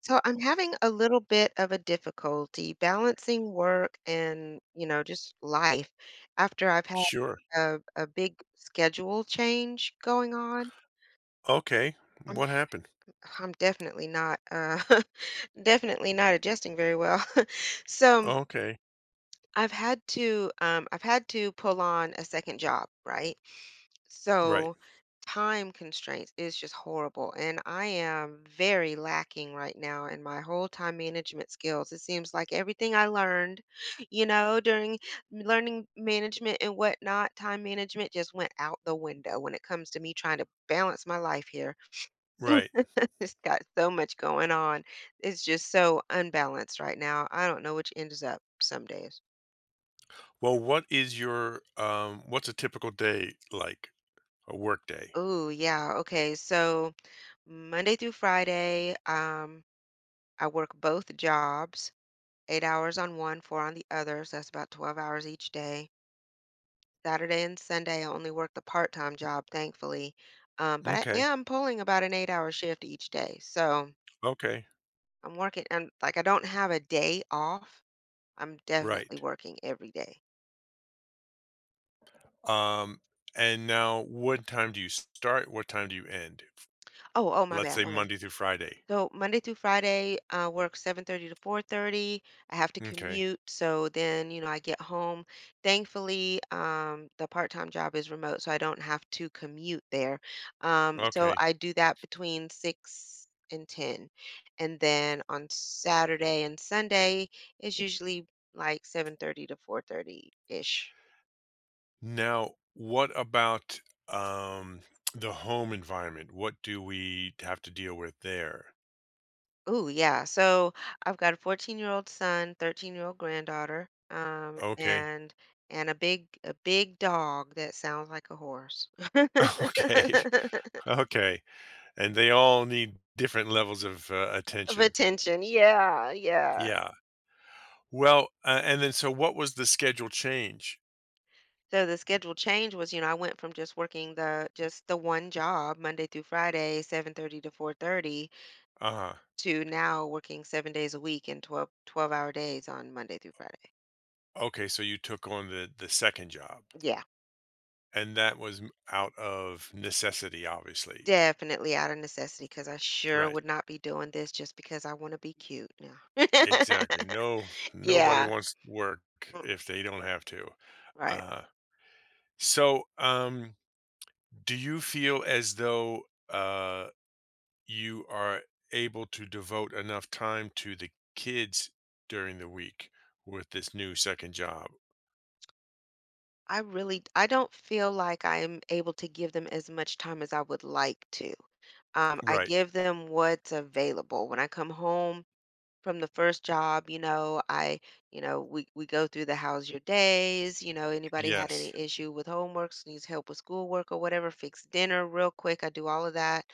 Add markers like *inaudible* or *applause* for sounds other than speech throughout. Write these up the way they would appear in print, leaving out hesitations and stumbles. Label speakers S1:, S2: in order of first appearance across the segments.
S1: So I'm having a little bit of a difficulty balancing work and just life after I've had
S2: Sure.
S1: a big schedule change going on.
S2: Okay.
S1: I'm,
S2: What happened?
S1: I'm definitely not *laughs* definitely not adjusting very well. *laughs* So
S2: Okay.
S1: I've had to pull on a second job, right?
S2: Right.
S1: So time constraints is just horrible. And I am very lacking right now in my whole time management skills. It seems like everything I learned, *laughs* during learning management and whatnot, time management just went out the window when it comes to me trying to balance my life here. *laughs*
S2: Right.
S1: It's got so much going on. It's just so unbalanced right now. I don't know which ends up some days.
S2: Well, what is your what's a typical day like? A work day.
S1: Oh, yeah. Okay. So Monday through Friday, I work both jobs. 8 hours on one, four on the other, so that's about 12 hours each day. Saturday and Sunday, I only work the part-time job, thankfully, but I
S2: Okay.
S1: am pulling about an 8-hour shift each day, so
S2: Okay.
S1: I'm working and, like, I don't have a day off. I'm definitely
S2: Right.
S1: working every day.
S2: Um and now what time do you start? What time do you end?
S1: Oh, my
S2: Let's
S1: bad,
S2: say
S1: my bad.
S2: Monday through Friday.
S1: So Monday through Friday, I work 7:30 to 4:30. I have to
S2: Okay.
S1: commute, so then I get home. Thankfully, the part-time job is remote, so I don't have to commute there. So
S2: Okay.
S1: I do that between 6 and 10. And then on Saturday and Sunday, it's usually like 7:30 to 4:30-ish.
S2: Now, what about um the home environment? What do we have to deal with there?
S1: Ooh, yeah. So I've got a 14-year-old son, 13-year-old granddaughter, um,
S2: Okay. *laughs*
S1: and and a big dog that sounds like a horse.
S2: Okay.
S1: *laughs*
S2: Okay. And they all need different levels of,
S1: Of
S2: attention.
S1: attention. Yeah, yeah.
S2: Yeah. Well, and then so what was the schedule change?
S1: So the schedule change was I went from just working the just the one job Monday through Friday, 7:30 to 4:30,
S2: Uh-huh.
S1: to now working 7 days a week and twelve twelve hour days on Monday through Friday.
S2: Okay, so you took on the 2nd job,
S1: Yeah.
S2: and that was m out of necessity, obviously.
S1: Definitely out of necessity, because I sure
S2: Right.
S1: would not be doing this just because I wanna be cute, no.
S2: Exactly.
S1: *laughs*
S2: No, nobody
S1: Yeah,
S2: wants to work
S1: mm,
S2: if they don't have to.
S1: right.
S2: Uh, so, do you feel as though, uh you are able to devote enough time to the kids during the week with this new second job?
S1: I don't feel like I am able to give them as much time as I would like to. I
S2: Right.
S1: give them what's available. When I come home from the first job we go through the how's your days anybody had
S2: Yes.
S1: any issue with homeworks, needs help with schoolwork or whatever, fix dinner real quick. I do all of that.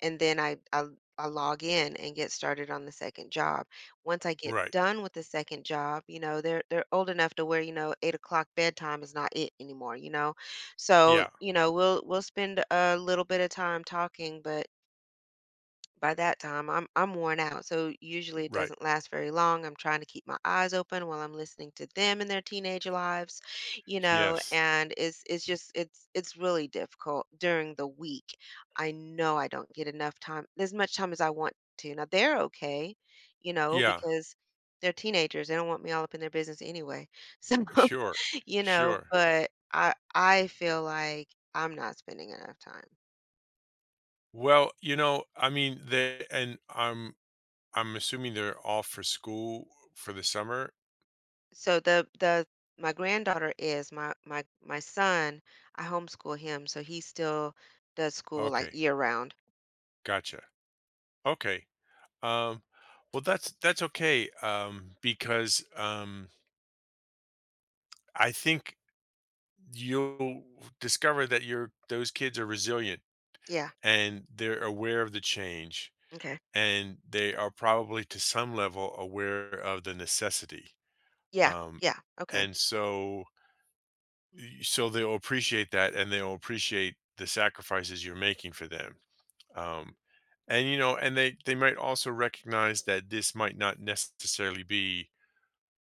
S1: And then I log in and get started on the second job. Once I get
S2: Right.
S1: done with the second job they're old enough to where 8 o'clock bedtime is not it anymore. So
S2: Yeah.
S1: we'll spend a little bit of time talking, but by that time I'm worn out. So usually it
S2: Right.
S1: doesn't last very long. I'm trying to keep my eyes open while I'm listening to them and their teenage lives
S2: Yes.
S1: and it's just it's really difficult during the week. I know I don't get enough time, as much time as I want to. Now they're okay
S2: Yeah.
S1: because they're teenagers. They don't want me all up in their business anyway. So, *laughs*
S2: Sure. Sure.
S1: but I feel like I'm not spending enough time.
S2: Well, I mean, they and I'm assuming they're off for school for the summer.
S1: So the my granddaughter is. My son, I homeschool him, so he still does school like
S2: Okay.
S1: year round.
S2: Gotcha. Okay. Um well, that's okay, because I think you'll discover that your those kids are resilient,
S1: Yeah.
S2: and they're aware of the change,
S1: Okay.
S2: and they are probably to some level aware of the necessity.
S1: Yeah,
S2: um,
S1: yeah. Okay.
S2: and so y- so they'll appreciate that, and they'll appreciate the sacrifices you're making for them. Um, and you know and they might also recognize that this might not necessarily be,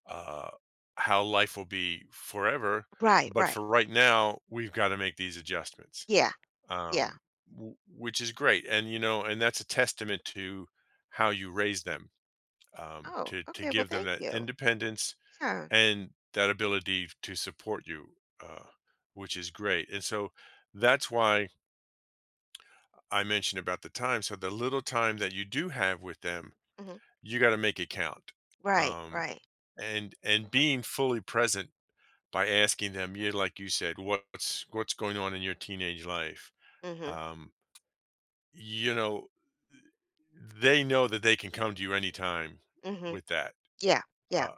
S2: uh, how life will be forever,
S1: Right,
S2: but
S1: right.
S2: for right now we've got to make these adjustments,
S1: Yeah, yeah.
S2: um, which is great. And that's a testament to how you raise them,
S1: Oh,
S2: to
S1: okay. Well,
S2: give them
S1: thank
S2: that
S1: you.
S2: independence
S1: Yeah.
S2: and that ability to support you, uh, which is great. And so that's why I mentioned about the time. So the little time that you do have with them,
S1: Hmm.
S2: you got to make it count.
S1: Right,
S2: Um,
S1: right.
S2: and being fully present by asking them, yeah, like you said, what's going on in your teenage life?
S1: Mm-hmm.
S2: Um, you know, they know that they can come to you anytime
S1: Mm-hmm.
S2: with that,
S1: Yeah, yeah.
S2: uh,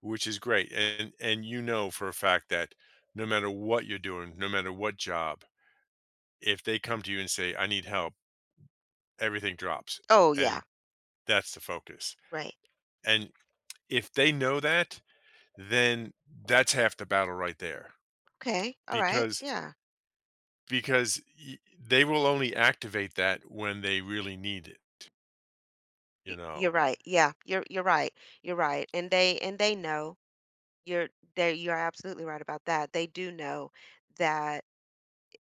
S2: which is great. And you know for a fact that no matter what you're doing, no matter what job, if they come to you and say, "I need help," everything drops,
S1: Oh, yeah.
S2: and that's the focus.
S1: Right.
S2: And if they know that, then that's half the battle right there,
S1: Okay, all right.
S2: because
S1: Yeah.
S2: because they will only activate that when they really need it. You
S1: You're
S2: know,
S1: right. Yeah, you're right. You're right. And they know. you're you're absolutely right about that. They do know that,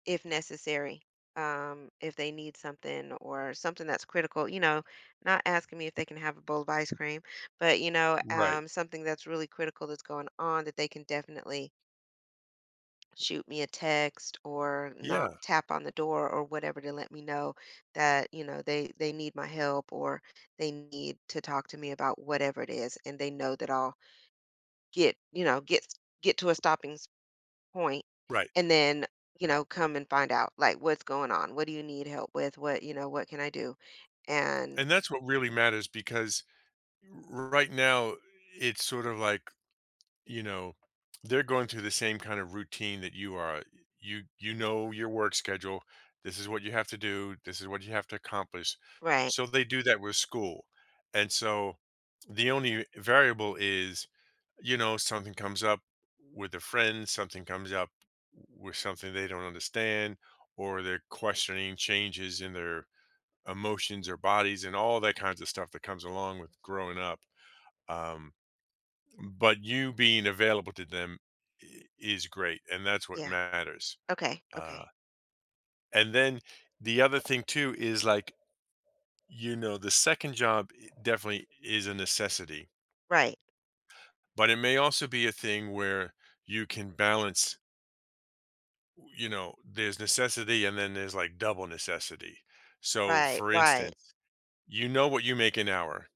S1: if necessary, if they need something or something that's critical, you know, not asking me if they can have a bowl of ice cream, but
S2: right?
S1: something that's really critical that's going on, that they can definitely shoot me a text or knock
S2: Yeah,
S1: tap on the door or whatever to let me know that, you know, they need my help, or they need to talk to me about whatever it is, and they know that I'll get you know get to a stopping point,
S2: right.
S1: and then, you know, come and find out like what's going on, what do you need help with, what you know what can I do, and
S2: And that's what really matters because right now it's sort of like, you know they're going through the same kind of routine that you are. You you know your work schedule, this is what you have to do, this is what you have to accomplish.
S1: right.
S2: So they do that with school. And so the only variable is, something comes up with a friend, something comes up with something they don't understand, or they're questioning changes in their emotions or bodies and all that kinds of stuff that comes along with growing up. um, but you being available to them is great, and that's what
S1: Yeah,
S2: matters.
S1: okay,
S2: uh,
S1: okay.
S2: and then the other thing too is like, the second job definitely is a necessity,
S1: Right,
S2: but it may also be a thing where you can balance. There's necessity, and then there's like double necessity. So
S1: right,
S2: for
S1: right.
S2: instance, you know what you make an hour,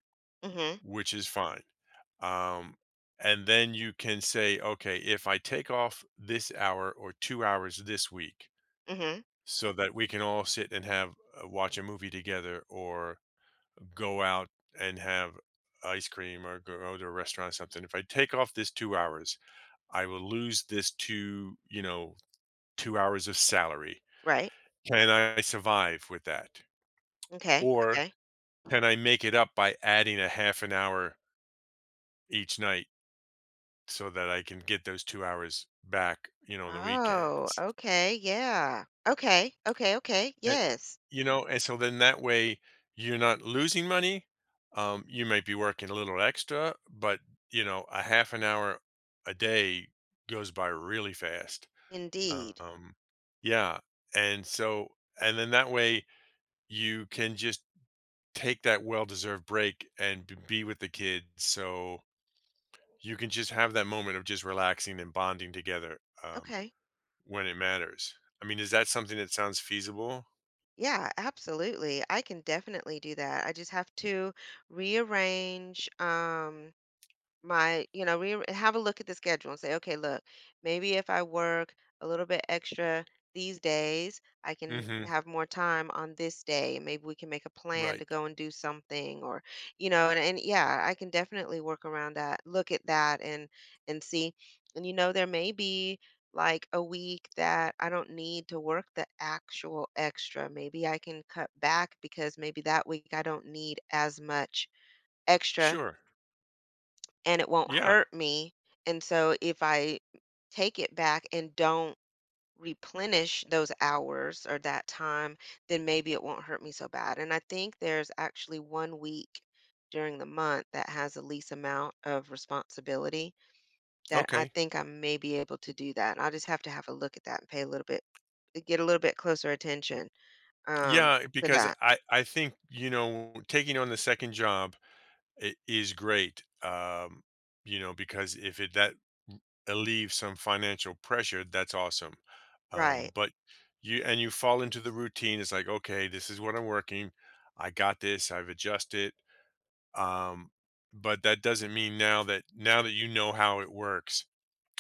S1: Mhm.
S2: which is fine. um, and then you can say, okay, if I take off this hour or 2 hours this week,
S1: Mhm.
S2: so that we can all sit and have watch a movie together, or go out and have ice cream, or go to a restaurant or something. If I take off this 2 hours, I will lose this two you know 2 hours of salary.
S1: Right,
S2: Can I survive with that?
S1: okay,
S2: Or
S1: okay.
S2: can I make it up by adding a half an hour each night, so that I can get those 2 hours back, on the
S1: Oh,
S2: weekends.
S1: okay. Yeah, okay, okay, okay.
S2: And
S1: Yes,
S2: and so then that way you're not losing money. You might be working a little extra, but, a half an hour a day goes by really fast.
S1: indeed.
S2: Um, yeah, and so and then that way you can just take that well-deserved break and b be with the kids, so you can just have that moment of just relaxing and bonding together. um
S1: Okay,
S2: When it matters. I mean, is that something that sounds feasible?
S1: yeah, absolutely, I can definitely do that. I just have to rearrange, my, you know, have a look at the schedule and say, okay, look, maybe if I work a little bit extra these days, I can
S2: Mhm.
S1: have more time on this day. Maybe we can make a plan
S2: Right.
S1: to go and do something or, you know, and, yeah, I can definitely work around that, look at that, and see. And, you know, there may be, like, a week that I don't need to work the actual extra. Maybe I can cut back because maybe that week I don't need as much extra,
S2: Sure.
S1: and it won't
S2: Yeah.
S1: hurt me. And so if I take it back and don't replenish those hours or that time, then maybe it won't hurt me so bad. And I think there's actually one week during the month that has the least amount of responsibility that I
S2: Okay.
S1: think I may be able to do that. I'll just have to have a look at that and pay a little bit, get a little bit closer attention um,
S2: Yeah,
S1: to
S2: because
S1: that.
S2: I think, taking on the second job I is great. Because if it that m some financial pressure, that's awesome.
S1: Right.
S2: But you fall into the routine, it's like, "Okay, this is what I'm working. I got this, I've adjusted." Um, but that doesn't mean now that you know how it works,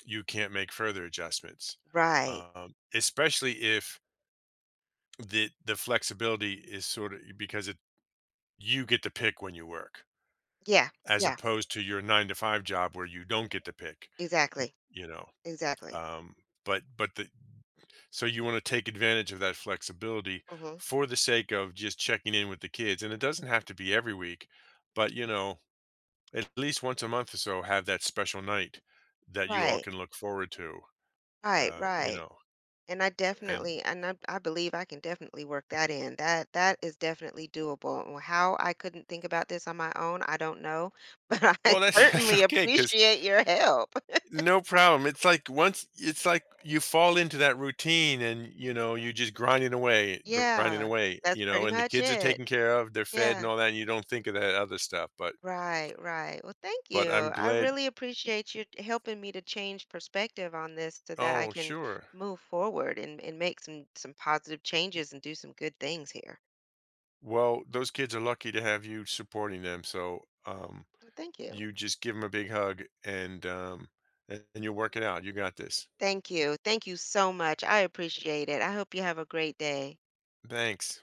S2: you can't make further adjustments,
S1: Right.
S2: especially if the flexibility is sort of, because it you get to pick when you work,
S1: Yeah.
S2: as
S1: Yeah.
S2: opposed to your 9 to 5 job where you don't get to pick,
S1: Exactly.
S2: you know.
S1: Exactly.
S2: Um, but the So you want to take advantage of that flexibility
S1: Hmm.
S2: for the sake of just checking in with the kids, and it doesn't have to be every week, but at least once a month or so have that special night that you all
S1: Right.
S2: can look forward to,
S1: Right,
S2: uh, you
S1: right,
S2: know,
S1: and I
S2: and.
S1: definitely and I I believe I can definitely work that in. That is definitely doable. Well, how I couldn't think about this on my own, I don't know, *laughs* but I
S2: Well, that's *laughs* that's
S1: certainly
S2: okay, cause
S1: appreciate your help.
S2: no problem. It's like you fall into that routine and, you're just grinding away, grinding
S1: Yeah,
S2: away,
S1: that's pretty
S2: and the
S1: much
S2: kids are
S1: it.
S2: taken care of, they're fed and
S1: Yeah.
S2: all that, and you don't think of that other stuff, but
S1: Right, right. Well, thank
S2: but
S1: you.
S2: I'm
S1: I
S2: glad.
S1: really appreciate you helping me to change perspective on this so that I
S2: Oh,
S1: can
S2: sure.
S1: move forward and make some positive changes and do some good things here.
S2: Well, those kids are lucky to have you supporting them, so, um,
S1: Well, thank you.
S2: you just give them a big hug and you'll work it out. You got this.
S1: Thank you. Thank you so much. I appreciate it. I hope you have a great day.
S2: Thanks.